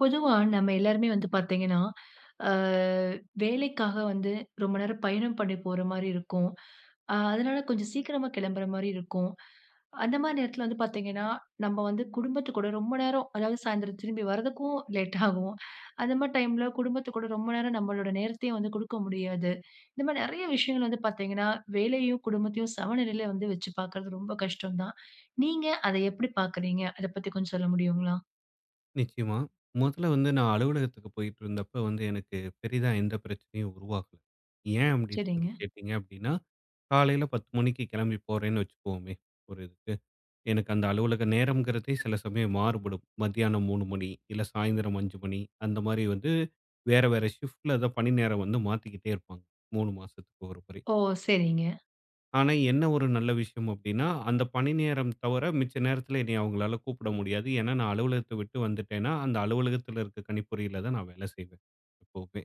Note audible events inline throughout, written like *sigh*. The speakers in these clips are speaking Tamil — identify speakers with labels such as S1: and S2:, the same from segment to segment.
S1: பொதுவா நம்ம எல்லாருமே வந்து பார்த்தீங்கன்னா, அ வேலைக்காக வந்து ரொம்ப நேரம் பயணம் பண்ணி போற மாரி இருக்கும். அதனால கொஞ்சம் சீக்கிரமா கிளம்புற மாரி இருக்கும். அந்த மாரி நேரத்துல வந்து பார்த்தீங்கன்னா, நம்ம வந்து குடும்பத்து கூட ரொம்ப நேரம் அதாவது சாயந்தரம் திரும்பி வரதுக்கும் லேட் ஆகும். அந்த மாரி டைம்ல குடும்பத்து கூட ரொம்ப நேரம் நம்மளோட நேரத்தையும் வந்து குடுக்க முடியாது. இந்த மாரி நெறைய விஷயங்கள் வந்து பார்த்தீங்கன்னா, வேலையும், குடும்பத்தையும் சமநிலையில வந்து வச்சு பார்க்கறது ரொம்ப கஷ்டம் தான். நீங்க அத எப்படி பார்க்குறீங்க? அத பத்தி கொஞ்சம் சொல்ல முடியுங்களா?
S2: நிச்சயமா. முதல்ல வந்து நான் அலுவலகத்துக்கு போயிட்டுருந்தப்ப வந்து எனக்கு பெரிதா எந்த பிரச்சனையும் உருவாகல. ஏன் அப்படின்னு சொல்லி
S1: சரிங்க.
S2: கேட்டீங்க அப்படின்னா, காலையில 10 மணிக்கு கிளம்பி போறேன்னு வச்சுக்குவோமே ஒரு இதுக்கு. எனக்கு அந்த அலுவலக நேரம்ங்கிறதே சில சமயம் மாறுபடும். மத்தியானம் 3 மணி, இல்ல சாயந்திரம் 5 மணி, அந்த மாரி வந்து வேற வேற ஷிஃப்ட்ல தான் பணி நேரம் வந்து மாத்திக்கிட்டே இருப்பாங்க. 3 மாசத்துக்கு ஒரு முறை.
S1: ஓ! சரிங்க.
S2: ஆனா, என்ன ஒரு நல்ல விஷயம் அப்டின்னா, அந்த பணி நேரம் தவிர மிச்ச நேரத்துல என்னைய அவங்களால கூப்பிட முடியாது. ஏன்னா, நான் அலுவலகத்த விட்டு வந்துட்டேன்னா, அந்த அலுவலகத்துல இருக்க கணிப்பொறியில தான் நான் வேலை செய்வேன், எப்பவுமே.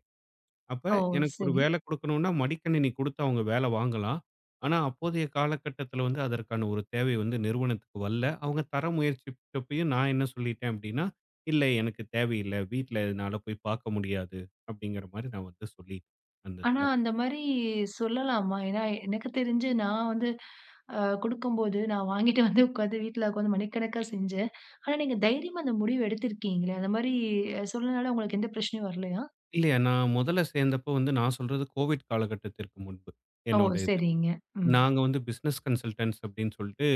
S2: அப்ப
S1: ஓ!
S2: எனக்கு ஒரு
S1: சரி.
S2: வேலை குடுக்கணும்னா, மடிக்கணினி குடுத்து அவங்க வேலை வாங்கலாம். ஆனா, அப்போதைய காலகட்டத்துல வந்து அதற்கான ஒரு தேவை வந்து நிறுவனத்துக்கு வரல. அவங்க தர முயற்சிச்சப்பயும் நான் என்ன சொல்லிட்டேன் அப்டின்னா, "இல்ல எனக்கு தேவையில்ல. வீட்ல என்னால போய் பார்க்க முடியாது" அப்டிங்கிற மாரி நான் வந்து சொல்லிட்டேன், அந்த
S1: ஆனா
S2: இதுல.
S1: அந்த மாரி சொல்லலாமா? ஏன்னா எனக்கு தெரிஞ்சு நான் வந்து குடுக்கும்போது நான் வாங்கிட்டு வந்து உட்காந்து வீட்ல உட்காந்து மணிக்கணக்கா செஞ்சேன். ஆனா நீங்க தைரியமா அந்த முடிவு எடுத்திருக்கீங்களே! அந்த மாரி சொன்னனால உங்களுக்கு எந்த பிரச்சனையும் வரலையா?
S2: இல்லையா, நான் முதல்ல சேர்ந்தப்போ வந்து நான் சொல்றது கோவிட் காலகட்டத்திற்கு முன்பு.
S1: ஓ!
S2: என்னோட இது.
S1: சரிங்க. ம்.
S2: நாங்க வந்து பிசினஸ் கன்சல்டன்ட்ஸ் அப்படின்னு சொல்லிட்டு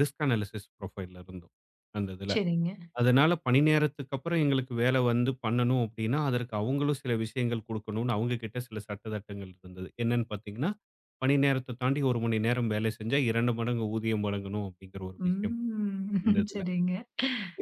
S2: ரிஸ்க் அனாலிசிஸ் புரொஃபைல்ல இருந்தோம். அந்த இதுல.
S1: சரிங்க.
S2: அதனால பணி நேரத்துக்கு அப்புறம் எங்களுக்கு வேலை வந்து பண்ணணும் அப்படின்னா, அதற்கு அவங்களும் சில விஷயங்கள் குடுக்கணும்னு அவங்க கிட்ட சில சட்டதிட்டங்கள் இருந்தது. என்னன்னு பார்த்தீங்கன்னா, பணி நேரத்த தாண்டி 1 மணி நேரம் வேலை செஞ்சா 2 மடங்கு ஊதியம் வழங்கணும் அப்படிங்கிற ஒரு விஷயம்
S1: ம்.
S2: இருந்தது.
S1: *laughs* சரிங்க.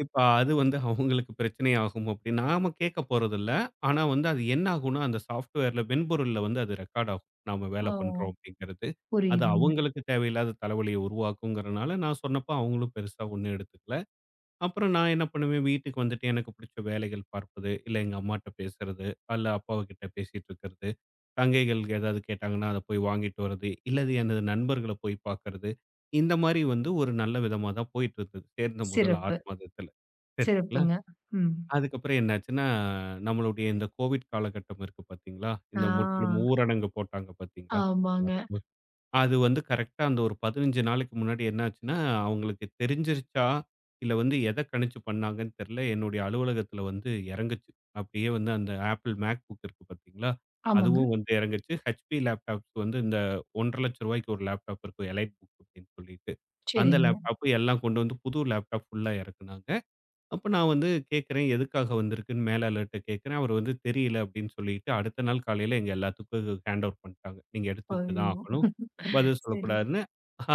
S2: இப்ப அது வந்து அவங்களுக்கு பிரச்சனை ஆகும் அப்படி நாம கேட்க போறதில்ல. ஆனா வந்து அது என்ன ஆகும்னா, அந்த சாஃப்ட்வேர்ல மென்பொருள்ல வந்து அது ரெக்கார்ட் ஆகும். நாம வேலை
S1: ஓ!
S2: பண்றோம் அப்படிங்கிறது. அது
S1: புரியுதுங்க.
S2: அவங்களுக்கு தேவையில்லாத தலைவலிய உருவாக்குங்கிறனால நான் சொன்னப்போ அவங்களும் பெருசா ஒண்ணும் எடுத்துக்கல. அப்புறம் நான் என்ன பண்ணுவேன், வீட்டுக்கு வந்துட்டு எனக்கு புடிச்ச வேலைகள் பார்ப்பது, இல்ல எங்க அம்மாட்ட பேசுறது, அல்ல அப்பாவுகிட்ட பேசிட்டு இருக்கிறது, சங்கைகள் ஏதாவது கேட்டாங்கன்னா, அத போய் வாங்கிட்டு வர்றது, இல்லது எனது நண்பர்கள போய் பார்க்கறது. இந்த மாரி வந்து ஒரு நல்ல விதமா தான் போயிட்டு இருந்தது, சேர்ந்த முதல் 6
S1: சிறப்பு.
S2: மாதத்துல. சரிங்களா?
S1: சிறப்புங்க. ம்.
S2: அதுக்கப்புறம் என்னாச்சுன்னா, நம்மளுடைய இந்த கோவிட் காலகட்டம் இருக்கு பார்த்தீங்களா?
S1: ஆ.
S2: இந்த முற்றிலும் ஊரடங்கு போட்டாங்க பார்த்தீங்களா?
S1: ஆமாங்க.
S2: எல்லாரும். அது வந்து கரெக்ட்டா அந்த ஒரு 15 நாளைக்கு முன்னாடி என்னாச்சுன்னா, அவங்களுக்கு தெரிஞ்சிருச்சா, இல்ல வந்து எத கணிச்சு பண்ணாங்கன்னு தெரியல. என்னுடைய அலுவலகத்தில வந்து இறங்குச்சு. அப்படியே வந்து அந்த Apple MacBook இருக்கு பார்த்தீங்களா?
S1: ஆமாங்க.
S2: அதுவும் வந்து இறங்குச்சு. HP லேப்டாப்ஸ் வந்து இந்த ரூ. 1,50,000க்கு ஒரு லேப்டாப் இருக்கும். எலைட் புக் அப்படின்னு சொல்லிட்டு. அந்த
S1: சரிங்க.
S2: லேப்டாப் எல்லாம் கொண்டு வந்து புது லேப்டாப் ஃபுல்லா இறக்குனாங்க. அப்ப நான் வந்து கேட்கிறேன், எதுக்காக வந்திருக்குன்னு மேலாளர்ட்ட கேட்கிறேன். அவரு வந்து தெரியல அப்படின்னு சொல்லிட்டு, அடுத்த நாள் காலையில எங்க எல்லாத்துக்கும் ஹேண்ட் ஓவர் பண்ணிட்டாங்க. நீங்க எடுத்துக்கிட்டு தான்
S1: ஐயோ!
S2: ஆகணும். பதில்
S1: சரி.
S2: சொல்லக்கூடாதுன்னு.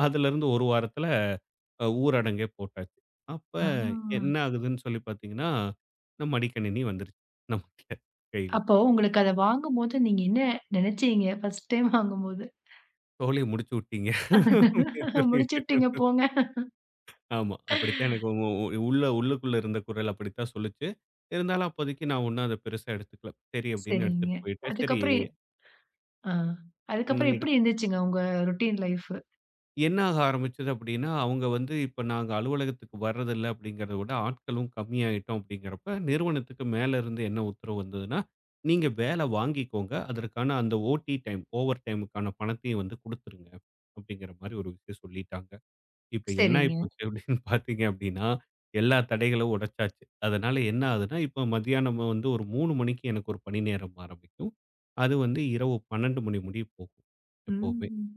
S2: அதுலருந்து 1 வாரத்துல ஊரடங்கே போட்டாச்சு. அப்ப
S1: ஆ.
S2: என்ன ஆகுதுன்னு சொல்லி பார்த்தீங்கன்னா, இந்த மடிக்கணினி வந்துருச்சு. நமக்கு கையில.
S1: அப்போ உங்களுக்கு அத வாங்கும்போது நீங்க என்ன நெனச்சீங்க? ஃபர்ஸ்ட் டைம் வாங்கும்போது.
S2: "தோழி முடிச்சு விட்டீங்க." அப்படின்னு
S1: *laughs* முடிச்சு
S2: சொல்லிட்டு.
S1: விட்டீங்க போங்க.
S2: ஆமா. அப்படித்தான் எனக்கு உ உ உள்ள உள்ளுக்குள்ள இருந்த குரல் அப்படித்தான் சொல்லுச்சு. இருந்தாலும் அப்போதைக்கு நான் ஒண்ணும் அத பெருசா எடுத்துக்கல. சரி அப்படின்னு
S1: சரிங்க.
S2: எடுத்துட்டு போயிட்டேன். சரி.
S1: அதுக்கப்புறம் எ ஆ.
S2: ம்
S1: அதுக்கப்புறம்
S2: எடு
S1: எப்படி இருந்துச்சுங்க உங்க ரொட்டீன் லைஃப்?
S2: என்ன ஆக ஆரம்பிச்சது அப்படின்னா, அவங்க வந்து இப்ப நாங்க அலுவலகத்துக்கு வர்றதில்ல அப்படிங்கிறத விட ஆட்களும் கம்மியாயிட்டோம் அப்படிங்கிறப்ப, நிறுவனத்துக்கு மேல இருந்து என்ன உத்தரவு வந்ததுன்னா, நீங்க வேலை வாங்கிக்கோங்க. அதற்கான அந்த ஓடி டைம், ஓவர் டைமுக்கான பணத்தையும் வந்து குடுத்துருங்க அப்படிங்கிற மாரி ஒரு விஷயம் சொல்லிட்டாங்க. இப்ப என்ன
S1: சரிங்க.
S2: ஆயிப்போச்சு அப்படின்னு *laughs* பார்த்தீங்க அப்படின்னா, எல்லா தடைகளும் உடைச்சாச்சு. அதனால என்ன ஆகுதுன்னா, இப்ப மதியானம் வந்து ஒரு 3 மணிக்கு எனக்கு ஒரு பணி நேரம் ஆரம்பிக்கும். அது வந்து இரவு 12 மணி முடிய போகும் எப்பவுமே.
S1: ம்.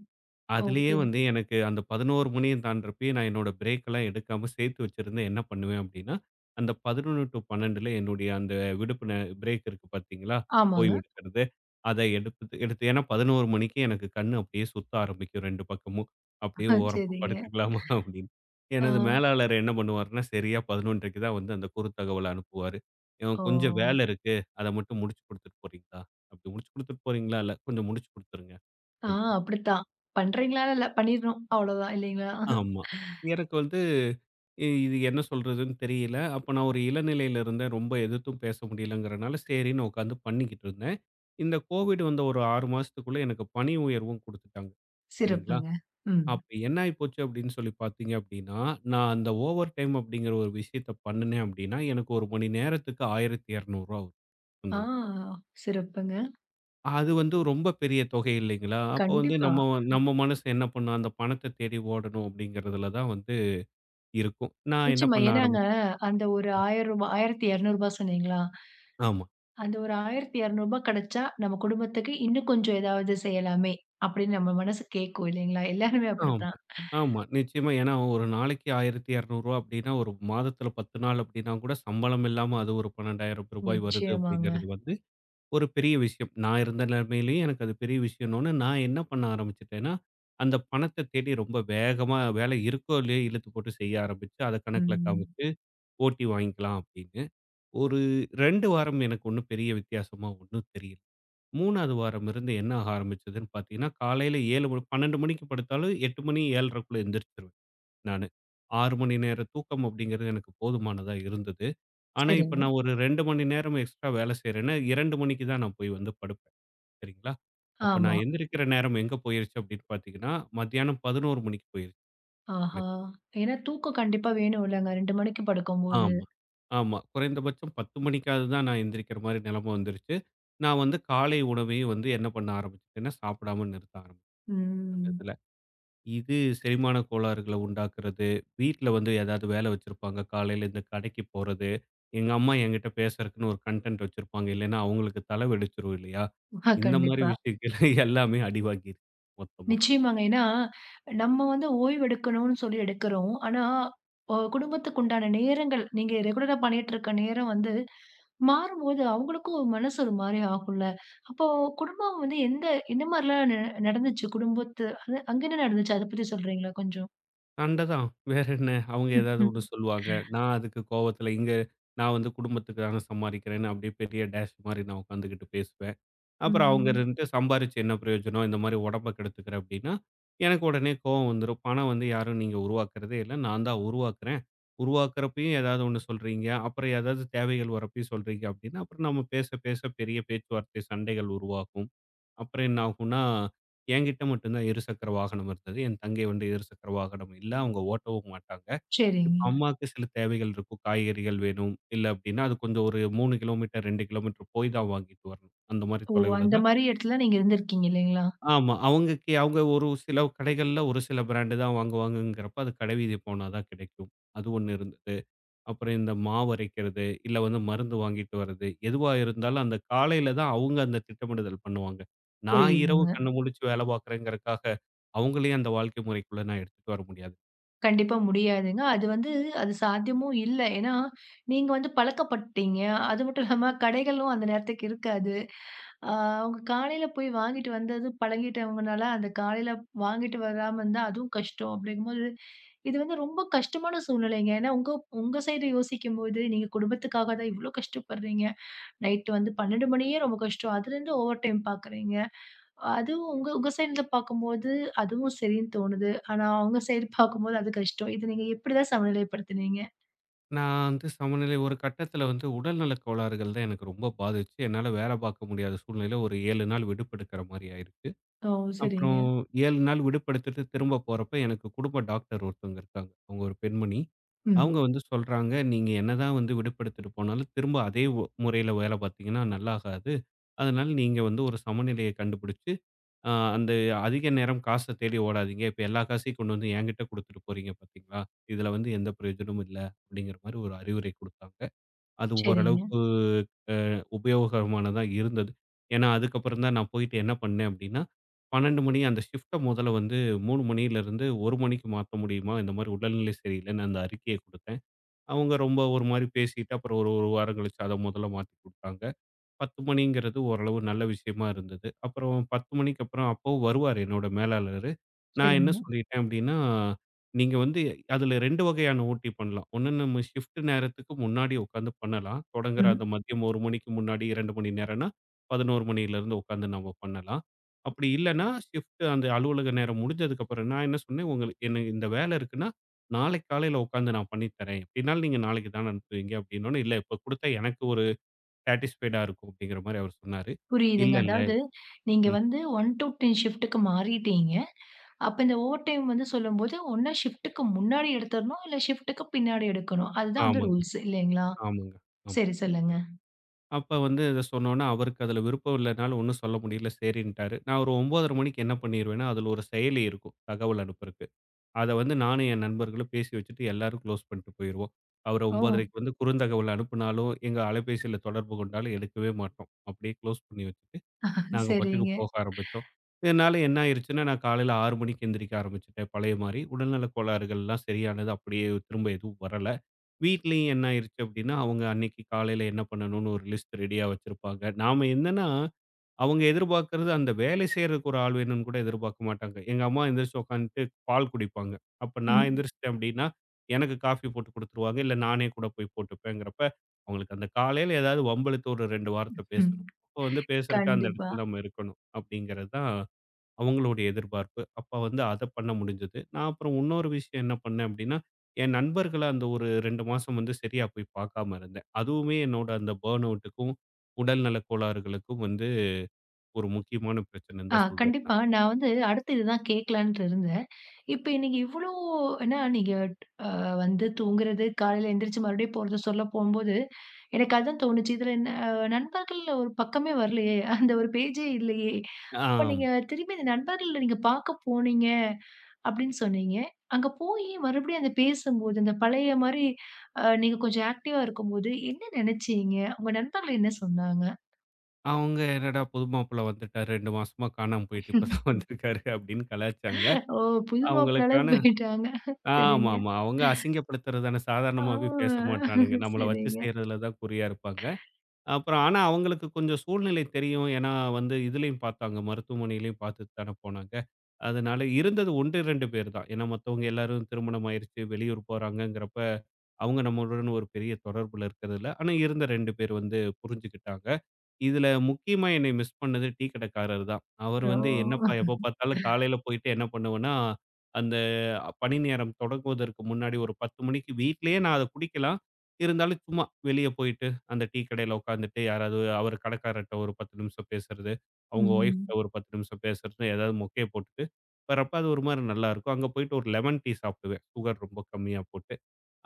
S2: அதுலயே
S1: ஓகே.
S2: வந்து எனக்கு அந்த 11 மணியும் தாண்டுறப்பயே நான் என்னோட பிரேக்கெல்லாம் எடுக்காம சேர்த்து வச்சிருந்தேன். என்ன பண்ணுவேன் அப்படின்னா, அந்த 11-12ல என்னுடைய அந்த விடுப்பு நே பிரேக் இருக்கு பார்த்தீங்களா?
S1: ஆமாங்க.
S2: ஓய்வு எடுக்கிறது. அத எடுத்து எடுத்து ஏன்னா 11 மணிக்கு எனக்கு கண்ணு அப்படியே சுத்த ஆரம்பிக்கும் 2 பக்கமும். அப்படியே ஓரமா
S1: சரிங்க.
S2: படுத்துக்கலாமா *laughs* அப்படின்னு.
S1: ஆ.
S2: எனது மேலாளர் என்ன பண்ணுவாருன்னா, சரியா 11:30க்கு தான் வந்து அந்த குறுந்தகவல அனுப்புவாரு. "இவன்
S1: ஓ!
S2: கொஞ்சம் வேலை இருக்கு. அத மட்டும் முடிச்சு குடுத்துட்டு போறீங்களா?" அப்படி "முடிச்சு குடுத்துட்டு போறீங்களா? இல்ல கொஞ்சம் முடிச்சு குடுத்துருங்க"
S1: ஆ
S2: அப்படின்னு.
S1: அப்படித்தான். பண்றீங்களான்னு இல்ல. பண்ணிறணும். அவ்வளோதான் இல்லைங்களா?
S2: ஆமா. எனக்கு வந்து இது என்ன சொல்றதுன்னு தெரியல. அப்ப நான் ஒரு இளநிலையில இருந்தேன். ரொம்ப எதிர்த்தும் பேச முடியலங்கிறனால, சரின்னு உட்காந்து பண்ணிக்கிட்டு இருந்தேன். இந்த கோவிட் வந்த ஒரு 6 மாசத்துக்குள்ள எனக்கு பணி உயர்வும் குடுத்துட்டாங்க. சரிங்களா?
S1: சிறப்புங்க. ம்.
S2: அப்ப என்ன ஆயி போச்சு அப்படின்னு சொல்லி பார்த்தீங்க அப்படின்னா, நான் அந்த ஓவர் டைம் அப்படிங்கிற ஒரு விஷயத்த பண்ணுனேன் அப்படின்னா, எனக்கு 1 மணி நேரத்துக்கு ரூ. 1,200 வரும்
S1: ஆ
S2: வந்தது.
S1: சிறப்புங்க.
S2: அது வந்து ரொம்ப பெரிய தொகை இல்லைங்களா? அப்போ வந்து
S1: கண்டிப்பா.
S2: நம்ம நம்ம மனசு என்ன பண்ணும்? அந்த பணத்த தேடி ஓடணும் அப்படிங்கிறதுல தான் வந்து இருக்கும். நான் என்ன
S1: நிச்சயமா.
S2: பண்ண
S1: ஏன்னாங்க
S2: ஆரம்பிச்சேன்.
S1: அந்த ஒரு ரூ. 1000 ரூ. 1200 சொன்னீங்களா?
S2: ஆமா,
S1: அந்த ஒரு ரூ. 1200 கிடைச்சா, நம்ம குடும்பத்துக்கு இன்னும் கொஞ்சம் ஏதாவது செய்யலாமே! அப்படின்னு நம்ம மனசு கேட்கும் இல்லைங்களா? எல்லாருமே
S2: ஆமா,
S1: அப்படித்தான்.
S2: ஆமா. நிச்சயமா. ஏன்னா ஒரு நாளைக்கு ரூ. 1,200 அப்படின்னா, ஒரு மாதத்துல 10 நாள் அப்படின்னா கூட சம்பளம் இல்லாம அது ஒரு ரூ. 12,000 வருது
S1: நிச்சயமாங்க.
S2: அப்படிங்கிறது வந்து ஒரு பெரிய விஷயம். நான் இருந்த நிலைமையிலேயே எனக்கு அது பெரிய விஷயம்னோனே நான் என்ன பண்ண ஆரம்பிச்சுட்டேன்னா, அந்த பணத்த தேடி ரொம்ப வேகமா வேலை இருக்கோ இல்லையோ இழுத்து போட்டு செய்ய ஆரம்பிச்சு, அத கணக்குல
S1: ம்.
S2: காமிச்சு ஓட்டி வாங்கிக்கலாம் அப்படின்னு. ஒரு 2 வாரம் எனக்கு ஒண்ணும் பெரிய வித்தியாசமா ஒண்ணும் தெரியல. 3வது வாரம் இருந்து என்ன ஆக ஆரம்பிச்சதுன்னு பார்த்தீங்கன்னா, காலையில 7 மணி 12 மணிக்கு படுத்தாலும் 8 மணி 7:30க்குள்ள எந்திரிச்சுருவேன் நானு. 6 மணி நேர தூக்கம் அப்படிங்கிறது எனக்கு போதுமானதா இருந்தது. ஆனா, இப்ப
S1: சரிங்க.
S2: நான் ஒரு 2 மணி நேரம் எக்ஸ்ட்ரா வேலை செய்றேன்னா, 2 மணிக்கு தான் நான் போய் வந்து படுப்பேன். சரிங்களா? அப்ப
S1: ஆமா.
S2: நான் எந்திரிக்கிற நேரம் எங்க போயிருச்சு அப்படின்னு பார்த்தீங்கன்னா, மத்தியானம் 11 மணிக்கு போயிருச்சு
S1: ஆஹா!
S2: எனக்கு.
S1: ஏன்னா தூக்கம் கண்டிப்பா வேணும் இல்லங்க. 2 மணிக்கு படுக்கும்போது.
S2: ஆமா, ஆமா. குறைந்தபட்சம் 10 மணிக்காவது தான் நான் எந்திரிக்கிற மாரி நிலைமை வந்துருச்சு. நான் வந்து காலை உணவையும் வந்து என்ன பண்ண ஆரம்பிச்சுட்டேன்னா, சாப்பிடாம நிறுத்த
S1: ம்.
S2: ஆரம்பிச்சுட்டேன். இது செரிமான கோளாறுகள உண்டாக்குறது. வீட்ல வந்து ஏதாவது வேல வச்சிருப்பாங்க. காலையில இந்த கடைக்கு போறது. எங்க அம்மா என்கிட்ட பேசுறதுக்குன்னு ஒரு கன்டென்ட் வச்சிருப்பாங்க. இல்லைன்னா அவங்களுக்கு தலை வெடிச்சிரும் இல்லையா?
S1: ஆ
S2: இந்த மாரி
S1: கண்டிப்பா.
S2: விஷயங்கள் *laughs* எல்லாமே அடி வாங்கிருச்சு மொத்தமா.
S1: நிச்சயமாங்க. ஏன்னா, நம்ம வந்து ஓய்வு எடுக்கணும்னு சொல்லி எடுக்கிறோம். ஆனா, ஒ குடும்பத்துக்கு உண்டான நேரங்கள், நீங்க ரெகுலரா பண்ணிட்டு இருக்க நேரம் வந்து மாறும்போது அவங்களுக்கும் ஒரு மனசு ஒரு மாரி ஆகும்ல. அப்போ குடும்பம் வந்து எந்த எந்த மாரிலாம் நடந்துச்சு? குடும்பத்து அது அங்க என்ன நடந்துச்சு? அத பத்தி சொல்றீங்களா கொஞ்சம்?
S2: சண்ட தான் வேற என்ன? அவங்க ஏதாவது
S1: ம்ஹும்.
S2: ஒண்ணு சொல்லுவாங்க. நான் அதுக்கு கோவத்துல இங்க நான் வந்து குடும்பத்துக்காக சம்பாரிக்கிறேன்னு அப்படியே பெரிய டேஷ் மாரி நான் உட்காந்துகிட்டு பேசுவேன். அப்புறம் அவங்க
S1: ம்.
S2: இருந்துட்டு சம்பாரிச்சு என்ன பிரயோஜனம்? இந்த மாரி உடம்ப கெடுத்துக்கிற அப்டின்னா, எனக்கு உடனே கோவம் வந்துரும். பணம் வந்து யாரும் நீங்க உருவாக்குறதே இல்ல. நான் தான் உருவாக்குறேன். உருவாக்குறப்பயும் ஏதாவது ஒண்ணு சொல்றீங்க. அப்புறம் ஏதாவது தேவைகள் வரப்பயும் சொல்றீங்க அப்டின்னா, அப்புறம் நம்ம பேச, பேச பெரிய பேச்சுவார்த்தை சண்டைகள் உருவாகும். அப்புறம் என்ன ஆகும்னா, என்கிட்ட மட்டும் தான் இருசக்கர வாகனம் இருந்தது. என் தங்கை வந்து இருசக்கர வாகனம் இல்ல. அவங்க ஓட்டவும் மாட்டாங்க. இப்ப
S1: சரிங்க.
S2: அம்மாவுக்கு சில தேவைகள் இருக்கும். காய்கறிகள் வேணும். இல்ல அப்டின்னா, அது கொஞ்சம் ஒரு 3 கிலோமீட்டர், 2 கிலோமீட்டர் போய் தான் வாங்கிட்டு வரணும். அந்த மாரி
S1: ஓ!
S2: தொலைவுல
S1: அந்த
S2: தான்.
S1: மாரி இடத்துல நீங்க இருந்திருக்கீங்க இல்லைங்களா?
S2: ஆமா. அவங்கக்கு அவங்க ஒரு சில கடைகள்ல ஒரு சில பிராண்டு தான் வாங்குவாங்கங்கிறப்ப, அது கடைவீதி போனா தான் கிடைக்கும். அது ஒண்ணு இருந்தது. அப்புறம் இந்த மாவு அரைக்கிறது, இல்ல வந்து மருந்து வாங்கிட்டு வர்றது, எதுவா இருந்தாலும் அந்த காலையில தான் அவங்க அந்த திட்டமிடுதல் பண்ணுவாங்க. நான் இரவு
S1: புரியுதுங்க.
S2: கண்ண முழிச்சு வேலை பார்க்குறேங்கிறக்காக, அவங்களையும் அந்த வாழ்க்கை முறைக்குள்ள நான் எடுத்துட்டு வர முடியாது.
S1: கண்டிப்பா முடியாதுங்க. அது வந்து அது சாத்தியமும் இல்ல. ஏன்னா, நீங்க வந்து பழக்கப்பட்டீங்க. அது மட்டும் இல்லாம கடைகளும் அந்த நேரத்துக்கு இருக்காது. ஆ அவங்க காலையில போய் வாங்கிட்டு வந்தது பழகிட்டவங்கனால, அந்த காலையில வாங்கிட்டு வராம இருந்தா அதுவும் கஷ்டம். அப்படிங்கும்போது இது வந்து ரொம்ப கஷ்டமான சூழ்நிலைங்க. ஏன்னா உங்க உங்க சைடு யோசிக்கும்போது, நீங்க குடும்பத்துக்காக தான் இவ்ளோ கஷ்டப்படுறீங்க. நைட் வந்து 12 மணியே ரொம்ப கஷ்டம். அதுலேருந்து ஓவர் டைம் பார்க்குறீங்க. அதுவும் உங்க உங்க சைடுல பார்க்கும்போது, அதுவும் சரின்னு தோணுது. ஆனா அவங்க சைடு பார்க்கும்போது அது கஷ்டம். இது நீங்க எப்படிதான் சமநிலைப்படுத்துனீங்க?
S2: நான் வந்து சமநிலை ஒரு கட்டத்தில வந்து உடல்நலக் கோளாறுகள் தான் எனக்கு ரொம்ப பாதிச்சு, என்னால வேலை பார்க்க முடியாத சூழ்நிலையில ஒரு 7 நாள் விடுப்பு எடுக்கிற மாரி ஆயிருச்சு.
S1: ஓ! சரிங்க.
S2: அப்புறம் 7 நாள் விடுப்பெடுத்துட்டு திரும்ப போறப்ப, எனக்கு குடும்ப டாக்டர் ஒருத்தவங்க இருக்காங்க. அவங்க ஒரு பெண்மணி.
S1: ம்.
S2: அவங்க வந்து சொல்றாங்க, "நீங்க என்னதான் வந்து விடுப்பெடுத்துட்டு போனாலும், திரும்ப அதே முறையில வேலை பார்த்தீங்கன்னா நல்லாகாது. அதனால நீங்க வந்து ஒரு சமநிலையை கண்டுபிடிச்சு, அ அந்த அதிக நேரம் காச தேடி ஓடாதீங்க. இப்ப எல்லா காசையும் கொண்டு வந்து என்கிட்ட குடுத்துட்டு போறீங்க பார்த்தீங்களா? இதுல வந்து எந்த பிரயோஜனமும் இல்ல." அப்படிங்கிற மாரி ஒரு அறிவுரை குடுத்தாங்க. அது
S1: சரிங்க,
S2: ஓரளவுக்கு உபயோகமானதா இருந்தது. ஏன்னா, அதுக்கப்புறம் தான் நான் போயிட்டு என்ன பண்ணேன் அப்படின்னா, 12 மணி அந்த ஷிஃப்ட்ட முதல்ல வந்து 3 மணியிலிருந்து 1 மணிக்கு மாத்த முடியுமா? இந்த மாரி உடல்நிலை சரியில்லைன்னு அந்த அறிக்கைய குடுத்தேன். அவங்க ரொம்ப ஒரு மாரி பேசிட்டு, அப்புறம் ஒரு ஒரு வாரம் கழிச்சு அத முதல்ல மாத்தி குடுத்தாங்க. 10 மணிங்கிறது ஓரளவு நல்ல விஷயமா இருந்தது. அப்புறம் 10 மணிக்கு அப்புறம் அப்பவும் வருவாரு என்னோட மேலாளரு. நான் என்ன
S1: சரிங்க.
S2: சொல்லிட்டேன் அப்படின்னா, நீங்க வந்து அதில 2 வகையான ஓடி பண்ணலாம். ஒண்ணு நம்ம ஷிஃப்ட் நேரத்துக்கு முன்னாடி உட்காந்து பண்ணலாம். தொடங்குற
S1: ம்.
S2: அந்த மதியம் 1 மணிக்கு முன்னாடி 2 மணி நேரம்னா, 11 மணியிலிருந்து உட்காந்து நம்ம பண்ணலாம். அப்படி இல்லன்னா, ஷிஃப்ட் அந்த அலுவலக நேரம் முடிஞ்சதுக்கு அப்புறம் நான் என்ன சொன்னேன், உங்களுக்கு எனக்கு இந்த வேலை இருக்குன்னா, நாளைக்கு காலையில உட்காந்து நான் பண்ணி தரேன். எப்படினாலும் நீங்க நாளைக்கு தான அனுப்புவீங்க அப்படின்னோனே, இல்ல இப்ப குடுத்தா எனக்கு ஒரு சாட்டிஸ்ஃபைடா இருக்கும் அப்படிங்கிற மாரி அவர் சொன்னாரு.
S1: புரியுதுங்க.
S2: இல்ல, இல்ல.
S1: அதாவது நீங்க
S2: ம்.
S1: வந்து 1 டூ 10 ஷிஃப்ட்டுக்கு மாறிட்டீங்க. அப்ப இந்த ஓவர் டைம் வந்து சொல்லும்போது, ஒண்ணு ஷிஃப்ட்டுக்கு முன்னாடி எடுத்துரணும், இல்ல ஷிஃப்ட்டுக்கு பின்னாடி எடுக்கணும். அதுதான் வந்து
S2: ஆமாங்க,
S1: ரூல்ஸ் இல்லைங்களா?
S2: ஆமாங்க, ஆமா.
S1: சரி சொல்லுங்க.
S2: அப்ப வந்து இத சொன்னோனே, அவருக்கு அதுல விருப்பம் இல்லனால ஒண்ணும் சொல்ல முடியல. சரின்ட்டாரு. நான் ஒரு 9:30 மணிக்கு என்ன பண்ணிருவேன்னா, அதுல ஒரு செயலி இருக்கும். தகவல் அனுப்புறக்கு. அத வந்து நானும் என் நண்பர்களும் பேசி வச்சுட்டு எல்லாரும் க்ளோஸ் பண்ட்டு போயிருவோம். அவரு
S1: ஓ!
S2: 9:30க்கு வந்து குறுந்தகவல் அனுப்புனாலும், எங்க அலைபேசியில தொடர்பு கொண்டாலும் எடுக்கவே மாட்டோம். அப்படியே க்ளோஸ் பண்ணி வச்சுட்டு நாங்க பாட்டுக்கு
S1: சரிங்க.
S2: போக ஆரம்பிச்சோம். இதனால என்ன ஆயிருச்சுன்னா, நான் காலையில 6 மணிக்கு எந்திரிக்க ஆரம்பிச்சுட்டேன் பழைய மாரி. உடல்நலக் கோளாறுகள்லாம் சரியானது. அப்படியே திரும்ப எதுவும் வரல. வீட்லயும் என்ன ஆயிருச்சு அப்படின்னா, அவங்க அன்னைக்கு காலையில என்ன பண்ணணும்னு ஒரு லிஸ்ட் ரெடியா வச்சிருப்பாங்க. நாம என்னன்னா அவங்க எதிர்பார்க்கிறது அந்த வேலை செய்யறதுக்கு ஒரு ஆள் வேணும்னு கூட எதிர்பார்க்க மாட்டாங்க. எங்க அம்மா எந்திரிச்சு உட்காந்துட்டு பால் குடிப்பாங்க. அப்ப நான்
S1: ம்,
S2: எந்திரிச்சுட்டேன் அப்படின்னா, எனக்கு காஃபி போட்டு குடுத்துருவாங்க. இல்ல நானே கூட போய் போட்டுப்பேங்கிறப்ப, அவங்களுக்கு அந்த காலையில ஏதாவது வம்பிழுத்து ஒரு 2 வார்த்தை
S1: ம்.
S2: பேசணும். அப்ப வந்து பேசுறக்கு அந்த
S1: கண்டிப்பா.
S2: இடத்துல நம்ம இருக்கணும். அப்படிங்கிறது தான் அவங்களுடைய எதிர்பார்ப்பு. அப்ப வந்து அத பண்ண முடிஞ்சது. நான் அப்புறம் இன்னொரு விஷயம் என்ன பண்ணேன் அப்படின்னா, என் நண்பர்கள அந்த ஒரு 2 மாசம் வந்து சரியா போய் பார்க்காம இருந்தேன். அதுவுமே என்னோட அந்த பர்ன் அவுட்டுக்கும், உடல்நலக் கோளாறுகளுக்கும் வந்து ஒரு முக்கியமான பிரச்சனைன்னு
S1: ஆ
S2: தான் சொல்வேன்
S1: கண்டிப்பா.
S2: நான்.
S1: நான் வந்து அடுத்து இதுதான் கேட்கலான்ட்டு இருந்தேன். இப்ப இன்னைக்கு இவ்ளோ ஏன்னா நீங்க வந்து தூங்குறது, காலையில எந்திரிச்சு மறுபடியும் போறது சொல்ல போம்போது, எனக்கு அதான் தோணுச்சு. இதுல நண்பர்கள் ஒரு பக்கமே வரலையே! அந்த ஒரு பேஜே இல்லையே! அப்ப
S2: ஆமா.
S1: நீங்க திரும்பி இந்த நண்பர்கள்ல நீங்க பார்க்க போனீங்க அப்படின்னு சொன்னீங்க. அங்க போயி மறுபடியும் அந்த பேசும்போது, அந்த பழைய மாரி நீங்க கொஞ்சம் ஆக்டிவா இருக்கும்போது, என்ன நெனச்சீங்க? உங்க நண்பர்கள் என்ன சொன்னாங்க?
S2: அவங்க என்னடா புது மாப்பிள்ளை வந்துட்டாரு 2 மாசமா காணாம போயிட்டு இப்பதான்
S1: *laughs*
S2: வந்திருக்காரு அப்படின்னு கலாய்ச்சாங்க.
S1: ஓ! புது மாப்பிள்ளை
S2: அவங்களுக்கான.
S1: அளவுக்கு போயிட்டாங்க. சரிங்க.
S2: ஆமாமா. அவங்க அசிங்கப்படுத்துறது தானே சாதாரணமாவே பேச
S1: ஆ
S2: மாட்டானுங்க. நம்மள வச்சு
S1: சரிங்க.
S2: செய்றதுல தான் குறியா இருப்பாங்க. அப்புறம் ஆனா, அவங்களுக்கு கொஞ்சம் சூழ்நிலை தெரியும். ஏன்னா, வந்து இதுலயும் பார்த்தாங்க. மருத்துவமனையிலயும் பார்த்துட்டு தானே போனாங்க. அதனால இருந்தது 1, 2 பேர் தான். ஏன்னா, மத்தவங்க எல்லாரும் திருமணம் ஆயிருச்சு, வெளியூர் போறாங்கங்கிறப்ப, அவங்க நம்மளுடன் ஒரு பெரிய தொடர்புல இருக்கிறது இல்ல. ஆனா, இருந்த 2 பேர் வந்து புரிஞ்சுக்கிட்டாங்க. இதுல முக்கியமா என்னை மிஸ் பண்ணது டீ கடைக்காரர் தான். அவர்
S1: ஓ!
S2: வந்து என்னப்பா எப்ப பார்த்தாலும் காலையில போயிட்டு என்ன பண்ணுவேன்னா, அந்த பணி நேரம் தொடங்குவதற்கு முன்னாடி ஒரு 10 மணிக்கு வீட்லயே நான் அத குடிக்கலாம். இருந்தாலும் சும்மா வெளிய போயிட்டு அந்த டீ கடையில உட்காந்துட்டு யாராவது அவர் கடைக்காரர்ட்ட ஒரு 10 நிமிஷம் பேசுறது. அவங்க ஒய்ஃப்ட்ட
S1: ம்.
S2: ஒரு 10 நிமிஷம் பேசுறதுன்னு ஏதாவது மொக்கைய போட்டுட்டு வரப்ப அது ஒரு மாரி நல்லாருக்கும். அங்க போயிட்டு ஒரு லெமன் டீ சாப்பிடுவேன். சுகர் ரொம்ப கம்மியா போட்டு.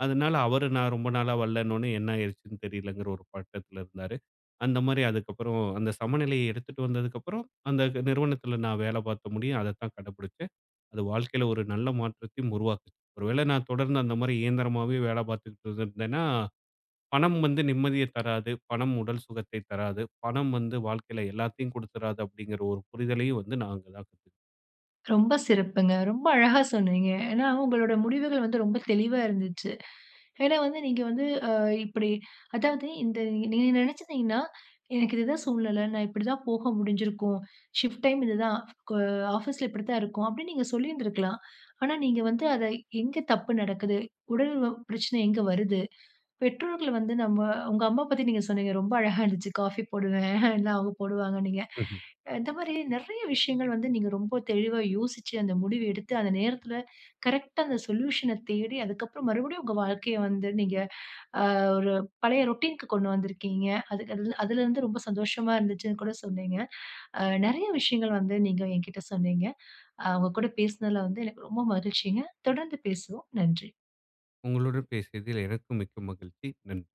S2: அதனால அவரு நான் ரொம்ப நாளா வரலன்னோனே என்ன ஆயிருச்சுன்னு தெரியலங்கிற ஒரு பட்டத்துல இருந்தாரு. அந்த மாரி அதுக்கப்புறம் அந்த சமநிலையை எடுத்துட்டு வந்ததுக்கப்புறம், அந்த நிறுவனத்துல நான் வேலை பார்த்த முடியும். அதத்தான் கடைபிடிச்சேன். அது வாழ்க்கையில ஒரு நல்ல மாற்றத்தையும் உருவாக்குச்சு. ஒருவேளை நான் தொடர்ந்து அந்த மாரி இயந்திரமாவே வேலை பார்த்துக்கிட்டு இருந்திருந்தேன்னா பணம் வந்து நிம்மதிய தராது. பணம் உடல் சுகத்தை தராது. பணம் வந்து வாழ்க்கையில எல்லாத்தையும் குடுத்துறாது அப்படிங்கிற ஒரு புரிதலையும் வந்து நான் அங்க தான் கத்துக்கிட்டேன்.
S1: ரொம்ப சிறப்புங்க. ரொம்ப அழகா சொன்னீங்க. ஏன்னா, உங்களோட முடிவுகள் வந்து ரொம்ப தெளிவா இருந்துச்சு. ஏன்னா வந்து நீங்க வந்து இப்படி அதாவது இந்த நீங்க நினைச்சிருந்தீங்கன்னா, எனக்கு இதுதான் சூழ்நிலை. நான் இப்படிதான் போக முடிஞ்சிருக்கும். ஷிஃப்ட் டைம் இதுதான். க ஆஃபீஸ்ல இப்படித்தான் இருக்கும். அப்படின்னு நீங்க சொல்லியிருந்திருக்கலாம். ஆனா நீங்க வந்து அத எங்க தப்பு நடக்குது? உடல் பிரச்சனை எங்க வருது? பெற்றோர்கள் வந்து நம்ம உங்க அம்மா பத்தி நீங்க சொன்னீங்க. ரொம்ப அழகா இருந்துச்சு. காஃபி போடுவேன். *laughs* இல்ல அவங்க போடுவாங்கன்னீங்க.
S2: ம்ஹ்ம்.
S1: இந்த மாரி நெறைய விஷயங்கள் வந்து நீங்க ரொம்ப தெளிவா யோசிச்சு, அந்த முடிவு எடுத்து, அந்த நேரத்துல கரெக்ட்டா அந்த சொல்யூஷன தேடி, அதுக்கப்புறம் மறுபடியும் உங்க வாழ்க்கைய வந்து நீங்க அ ஒரு பழைய ரொட்டீன்க்கு கொண்டு வந்திருக்கீங்க. அதுக்கு அதுல அதுலருந்து ரொம்ப சந்தோஷமா இருந்துச்சுன்னு கூட சொன்னீங்க. அ நெறைய விஷயங்கள் வந்து நீங்க என்கிட்ட சொன்னீங்க. உங்க கூட பேசினதுல வந்து எனக்கு ரொம்ப மகிழ்ச்சிங்க. தொடர்ந்து பேசுவோம். நன்றி.
S2: உங்களுடன் பேசியதில் எனக்கும் மிக்க மகிழ்ச்சி. நன்றி.